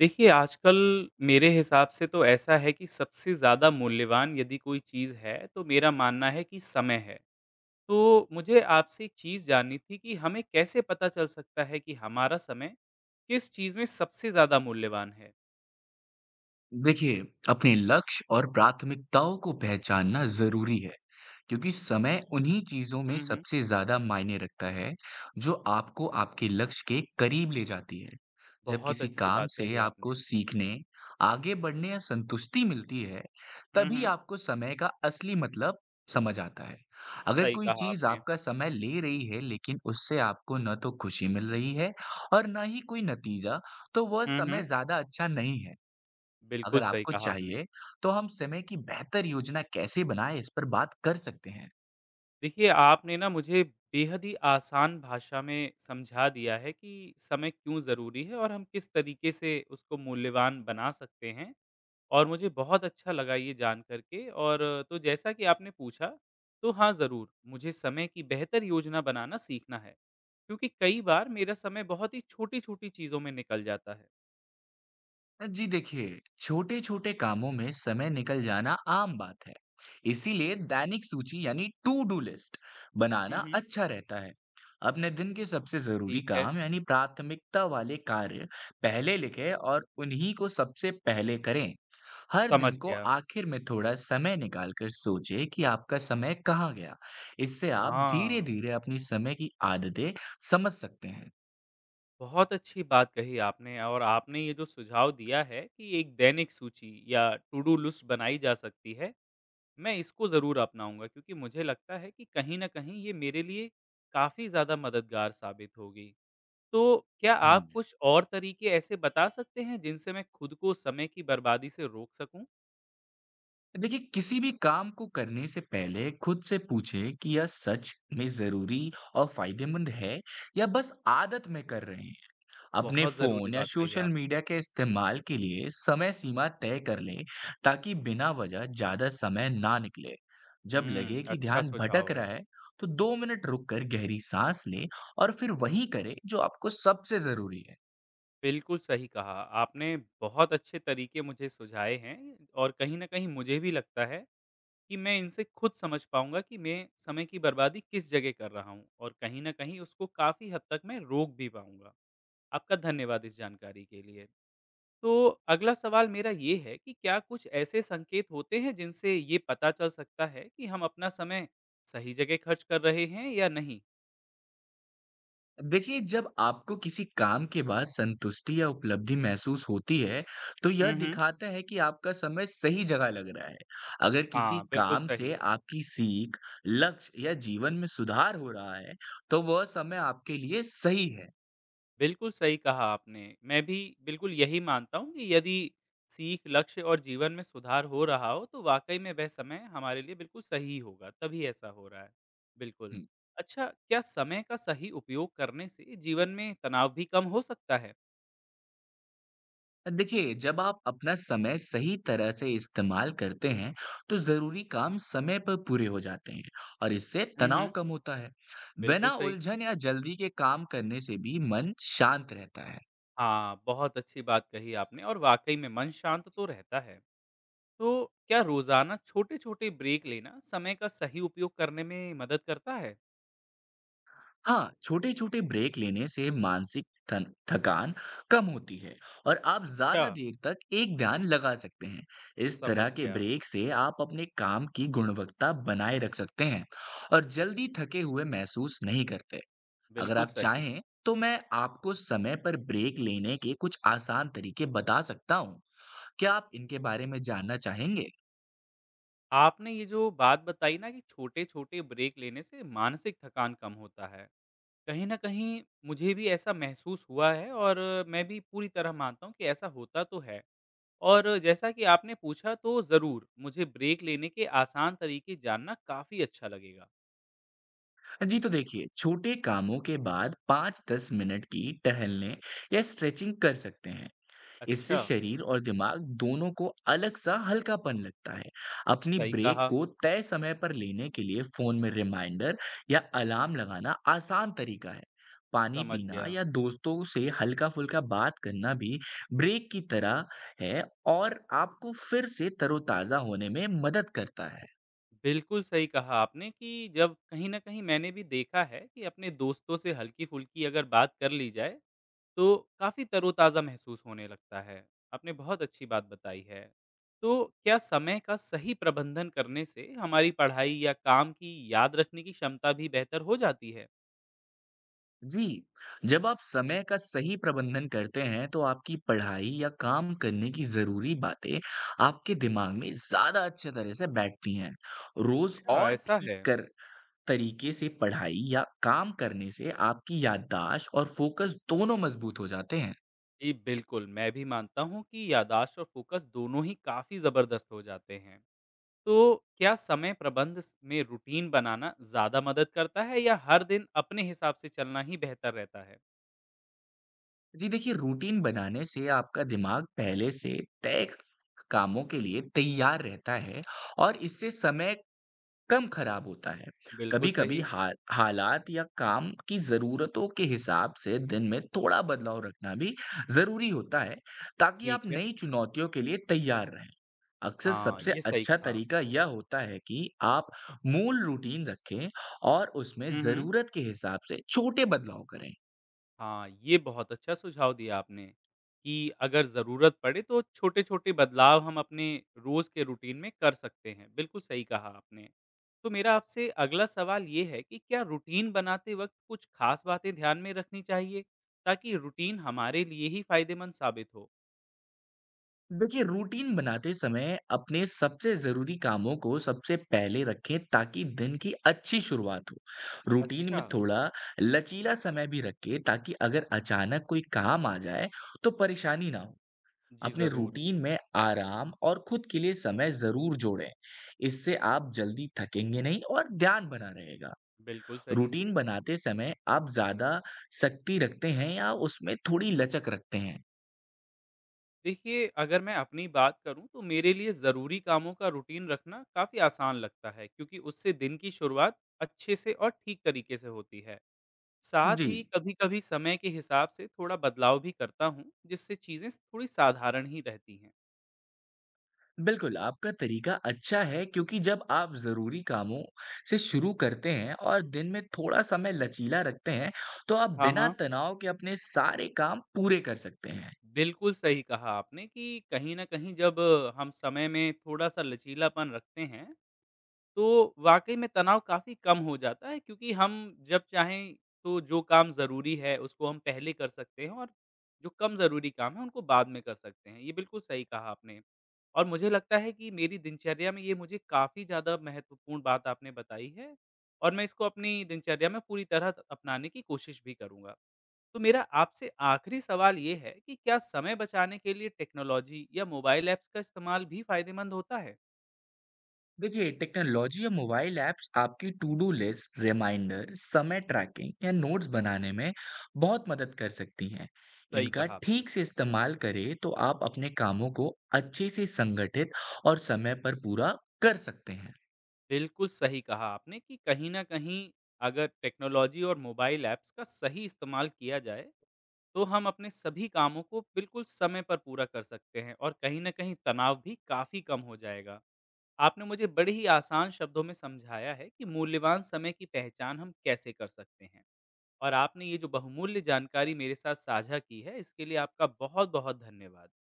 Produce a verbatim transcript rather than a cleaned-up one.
देखिए, आजकल मेरे हिसाब से तो ऐसा है कि सबसे ज़्यादा मूल्यवान यदि कोई चीज़ है, तो मेरा मानना है कि समय है। तो मुझे आपसे एक चीज़ जाननी थी कि हमें कैसे पता चल सकता है कि हमारा समय किस चीज़ में सबसे ज़्यादा मूल्यवान है? देखिए, अपने लक्ष्य और प्राथमिकताओं को पहचानना ज़रूरी है, क्योंकि समय उन्हीं चीज़ों में हुँ, हुँ। सबसे ज़्यादा मायने रखता है, जो आपको आपके लक्ष्य के करीब ले जाती है। जब बहुत किसी अच्छी काम बात से कही आपने। आपको सीखने, आगे बढ़ने या संतुष्टि मिलती है, हुँ, तभी हुँ। आपको समय का असली मतलब समझ आता है। अगर सही कोई कहा चीज़ आपने। आपका समय ले रही है, लेकिन उससे आपको ना तो खुशी मिल रही है और ना ही कोई नतीजा, तो वह हुँ, हुँ। समय ज़्यादा अच्छा नहीं है। बिल्कुल अगर सही आपको कहा आपने। चाहिए, तो हम समय की बेहतर योजना कैसे बनाएँ, इस पर बात कर सकते हैं। देखिए, आपने ना मुझे बेहद ही आसान भाषा में समझा दिया है कि समय क्यों ज़रूरी है और हम किस तरीके से उसको मूल्यवान बना सकते हैं, और मुझे बहुत अच्छा लगा ये जान कर के। और तो जैसा कि आपने पूछा, तो हाँ, ज़रूर, मुझे समय की बेहतर योजना बनाना सीखना है, क्योंकि कई बार मेरा समय बहुत ही छोटी-छोटी चीज़ों में निकल जाता है। अ, जी देखिए, छोटे-छोटे कामों में समय निकल जाना आम बात है। इसीलिए दैनिक सूची यानी टू डू लिस्ट हुँ, बनाना हुँ। अच्छा रहता है। अपने दिन के सबसे ज़रूरी ठीक है, काम यानी प्राथमिकता वाले कार्य पहले लिखें और उन्हीं को सबसे पहले करें। हर समझ दिन को गया। आखिर में थोड़ा समय निकालकर सोचें कि आपका समय कहाँ गया। इससे आप हाँ। धीरे-धीरे अपनी समय की आदतें समझ सकते हैं। बहुत अच्छी बात कही आपने, और आपने ये जो सुझाव दिया है कि एक दैनिक सूची या टू डू लिस्ट बनाई जा सकती है, मैं इसको ज़रूर अपनाऊँगा, क्योंकि मुझे लगता है कि कहीं न कहीं ये मेरे लिए काफ़ी ज़्यादा मददगार साबित होगी। तो क्या हुँ। आप कुछ और तरीके ऐसे बता सकते हैं जिनसे मैं खुद को समय की बर्बादी से रोक सकूँ? देखिए, किसी भी काम को करने से पहले खुद से पूछें कि यह सच में ज़रूरी और फ़ायदेमंद है या बस आदत में कर रहे हैं। अपने बहुत ज़रूरी फ़ोन या बात कही सोशल आपने। मीडिया के इस्तेमाल के लिए समय सीमा तय कर लें ताकि बिना वजह ज़्यादा समय ना निकले। जब हुँ, लगे कि अच्छा ध्यान भटक सुझाव है। रहा है, तो दो मिनट रुक कर गहरी साँस लें और फिर वही करें जो आपको सबसे ज़रूरी है। बिल्कुल सही कहा, आपने बहुत अच्छे तरीके मुझे सुझाए हैं, और कहीं न कहीं मुझे भी लगता है कि मैं इनसे खुद समझ पाऊँगा कि मैं समय की बर्बादी किस जगह कर रहा हूँ, और कहीं न कहीं उसको काफ़ी हद तक मैं रोक भी पाऊँगा। आपका धन्यवाद इस जानकारी के लिए। तो अगला सवाल मेरा ये है कि क्या कुछ ऐसे संकेत होते हैं जिनसे ये पता चल सकता है कि हम अपना समय सही जगह खर्च कर रहे हैं या नहीं? देखिए, जब आपको किसी काम के बाद संतुष्टि या उपलब्धि महसूस होती है, तो यह हुँ, हुँ। दिखाता है कि आपका समय सही जगह लग रहा है। अगर किसी हाँ, बिल्कुल काम सही। से आपकी सीख, लक्ष्य या जीवन में सुधार हो रहा है, तो वह समय आपके लिए सही है। बिल्कुल सही कहा आपने। मैं भी बिल्कुल यही मानता हूँ कि यदि सीख, लक्ष्य और जीवन में सुधार हो रहा हो, तो वाक़ई में वह समय हमारे लिए बिल्कुल सही होगा, तभी ऐसा हो रहा है। बिल्कुल। हुँ। अच्छा, क्या समय का सही उपयोग करने से जीवन में तनाव भी कम हो सकता है? देखिए, जब आप अपना समय सही तरह से इस्तेमाल करते हैं, तो ज़रूरी काम समय पर पूरे हो जाते हैं और इससे हुँ, तनाव हुँ। कम होता है। बिल्कुल बिना सही। उलझन या जल्दी के काम करने से भी मन शांत रहता है। हाँ, बहुत अच्छी बात कही आपने, और वाक़ई में मन शांत तो रहता है। तो क्या रोज़ाना छोटे-छोटे ब्रेक लेना समय का सही उपयोग करने में मदद करता है? हाँ, छोटे-छोटे ब्रेक लेने से मानसिक थन थकान कम होती है और आप अच्छा, ज़्यादा देर तक एक ध्यान लगा सकते हैं। इस समझ तरह के गया। ब्रेक से आप अपने काम की गुणवत्ता बनाए रख सकते हैं और जल्दी थके हुए महसूस नहीं करते। अगर बिल्कुल आप सही। चाहें, तो मैं आपको समय पर ब्रेक लेने के कुछ आसान तरीके बता सकता हूँ। क्या आप इनके बारे में जानना चाहेंगे? आपने ये जो बात बताई ना कि छोटे-छोटे ब्रेक लेने से मानसिक थकान कम होता है। कहीं न कहीं मुझे भी ऐसा महसूस हुआ है, और मैं भी पूरी तरह मानता हूँ कि ऐसा होता तो है। और जैसा कि आपने पूछा, तो ज़रूर, मुझे ब्रेक लेने के आसान तरीके जानना काफ़ी अच्छा लगेगा। जी तो देखिए, छोटे कामों के बाद पाँच से दस मिनट की टहलने या स्ट्रेचिंग कर सकते हैं। इससे अच्छा, शरीर और दिमाग दोनों को अलग सा हल्कापन लगता है। अपनी सही ब्रेक कहा, को तय समय पर लेने के लिए फोन में रिमाइंडर या अलार्म लगाना आसान तरीका है। पानी समझ पीना गया। या दोस्तों से हल्का फुल्का बात करना भी ब्रेक की तरह है और आपको फिर से तरोताजा होने में मदद करता है। बिल्कुल सही कहा आपने कि जब कहीं न कहीं मैंने भी देखा है कि अपने दोस्तों से हल्की-फुल्की अगर बात कर ली जाए, तो काफ़ी तरोताज़ा महसूस होने लगता है। आपने बहुत अच्छी बात बताई है। तो क्या समय का सही प्रबंधन करने से हमारी पढ़ाई या काम की याद रखने की क्षमता भी बेहतर हो जाती है? जी, जब आप समय का सही प्रबंधन करते हैं, तो आपकी पढ़ाई या काम करने की ज़रूरी बातें आपके दिमाग में ज़्यादा अच्छे तरह से बैठती हैं। रोज़ अच्छा, और ऐसा ठीक है। कर तरीके से पढ़ाई या काम करने से आपकी याददाश्त और फोकस दोनों मजबूत हो जाते हैं। जी बिल्कुल, मैं भी मानता हूँ कि याददाश्त और फ़ोकस दोनों ही काफ़ी ज़बरदस्त हो जाते हैं। तो क्या समय प्रबंध स में रूटीन बनाना ज़्यादा मदद करता है, या हर दिन अपने हिसाब से चलना ही बेहतर रहता है? जी देखिए, रूटीन बनाने से आपका दिमाग पहले से तय कामों के लिए तैयार रहता है और इससे समय कम खराब होता है। बिल्कुल कभी-कभी सही। हा हालात या काम की ज़रूरतों के हिसाब से दिन में थोड़ा बदलाव रखना भी ज़रूरी होता है, ताकि ठीक आप है। नई चुनौतियों के लिए तैयार रहें। अक्सर हाँ, सबसे ये सही अच्छा कहा। तरीका यह होता है कि आप मूल रूटीन रखें और उसमें हुँ, हुँ। ज़रूरत के हिसाब से छोटे बदलाव करें। हाँ, ये बहुत अच्छा सुझाव दिया आपने कि अगर ज़रूरत पड़े तो छोटे-छोटे बदलाव हम अपने रोज़ के रूटीन में कर सकते हैं। बिल्कुल सही कहा आपने। तो मेरा आपसे अगला सवाल ये है कि क्या रूटीन बनाते वक़्त कुछ ख़ास बातें ध्यान में रखनी चाहिए, ताकि रूटीन हमारे लिए ही फ़ायदेमंद साबित हो? देखिए, रूटीन बनाते समय अपने सबसे ज़रूरी कामों को सबसे पहले रखें ताकि दिन की अच्छी शुरुआत हो। रूटीन में अच्छा, थोड़ा लचीला समय भी रखें ताकि अगर अचानक कोई काम आ जाए तो परेशानी ना हो। जी अपने ज़रूर, रूटीन में आराम और खुद के लिए समय ज़रूर जोड़ें। इससे आप जल्दी थकेंगे नहीं और ध्यान बना रहेगा। बिल्कुल सही। रूटीन बनाते समय आप ज़्यादा सख्ती रखते हैं या उसमें थोड़ी लचक रखते हैं? देखिए, अगर मैं अपनी बात करूँ, तो मेरे लिए ज़रूरी कामों का रूटीन रखना काफ़ी आसान लगता है, क्योंकि उससे दिन की शुरुआत अच्छे से और ठीक तरीके से होती है। साथ जी। ही कभी-कभी समय के हिसाब से थोड़ा बदलाव भी करता हूँ, जिससे चीज़ें थोड़ी साधारण ही रहती हैं। बिल्कुल, आपका तरीका अच्छा है क्योंकि जब आप ज़रूरी कामों से शुरू करते हैं और दिन में थोड़ा समय लचीला रखते हैं, तो आप हाँ, बिना हाँ। तनाव के अपने सारे काम पूरे कर सकते हैं। बिल्कुल सही कहा आपने कि कहीं न कहीं जब हम समय में थोड़ा-सा लचीलापन रखते हैं, तो वाक़ई में तनाव काफ़ी कम हो जाता है, क्योंकि हम जब चाहें, तो जो काम ज़रूरी है उसको हम पहले कर सकते हैं, और जो कम ज़रूरी काम है उनको बाद में कर सकते हैं। ये बिल्कुल सही कहा आपने। और मुझे लगता है कि मेरी दिनचर्या में ये मुझे काफ़ी ज़्यादा महत्वपूर्ण बात आपने बताई है, और मैं इसको अपनी दिनचर्या में पूरी तरह त अपनाने की कोशिश भी करूँगा। तो मेरा आपसे आखिरी सवाल ये है कि क्या समय बचाने के लिए टेक्नोलॉजी या मोबाइल ऐप्स का इस्तेमाल भी फ़ायदेमंद होता है? देखिए, टेक्नोलॉजी या मोबाइल ऐप्स आपकी टू डू लिस्ट, रिमाइंडर, समय ट्रैकिंग या नोट्स बनाने में बहुत मदद कर सकती हैं। सही इनका कहा आपने। ठीक से इस्तेमाल करें, तो आप अपने कामों को अच्छे से संगठित और समय पर पूरा कर सकते हैं। बिल्कुल सही कहा आपने कि कहीं न कहीं अगर टेक्नोलॉजी और मोबाइल ऐप्स का सही इस्तेमाल किया जाए, तो हम अपने सभी कामों को बिल्कुल समय पर पूरा कर सकते हैं, और कहीं न कहीं तनाव भी काफ़ी कम हो जाएगा। आपने मुझे बड़े ही आसान शब्दों में समझाया है कि मूल्यवान समय की पहचान हम कैसे कर सकते हैं, और आपने ये जो बहुमूल्य जानकारी मेरे साथ साझा की है, इसके लिए आपका बहुत-बहुत धन्यवाद।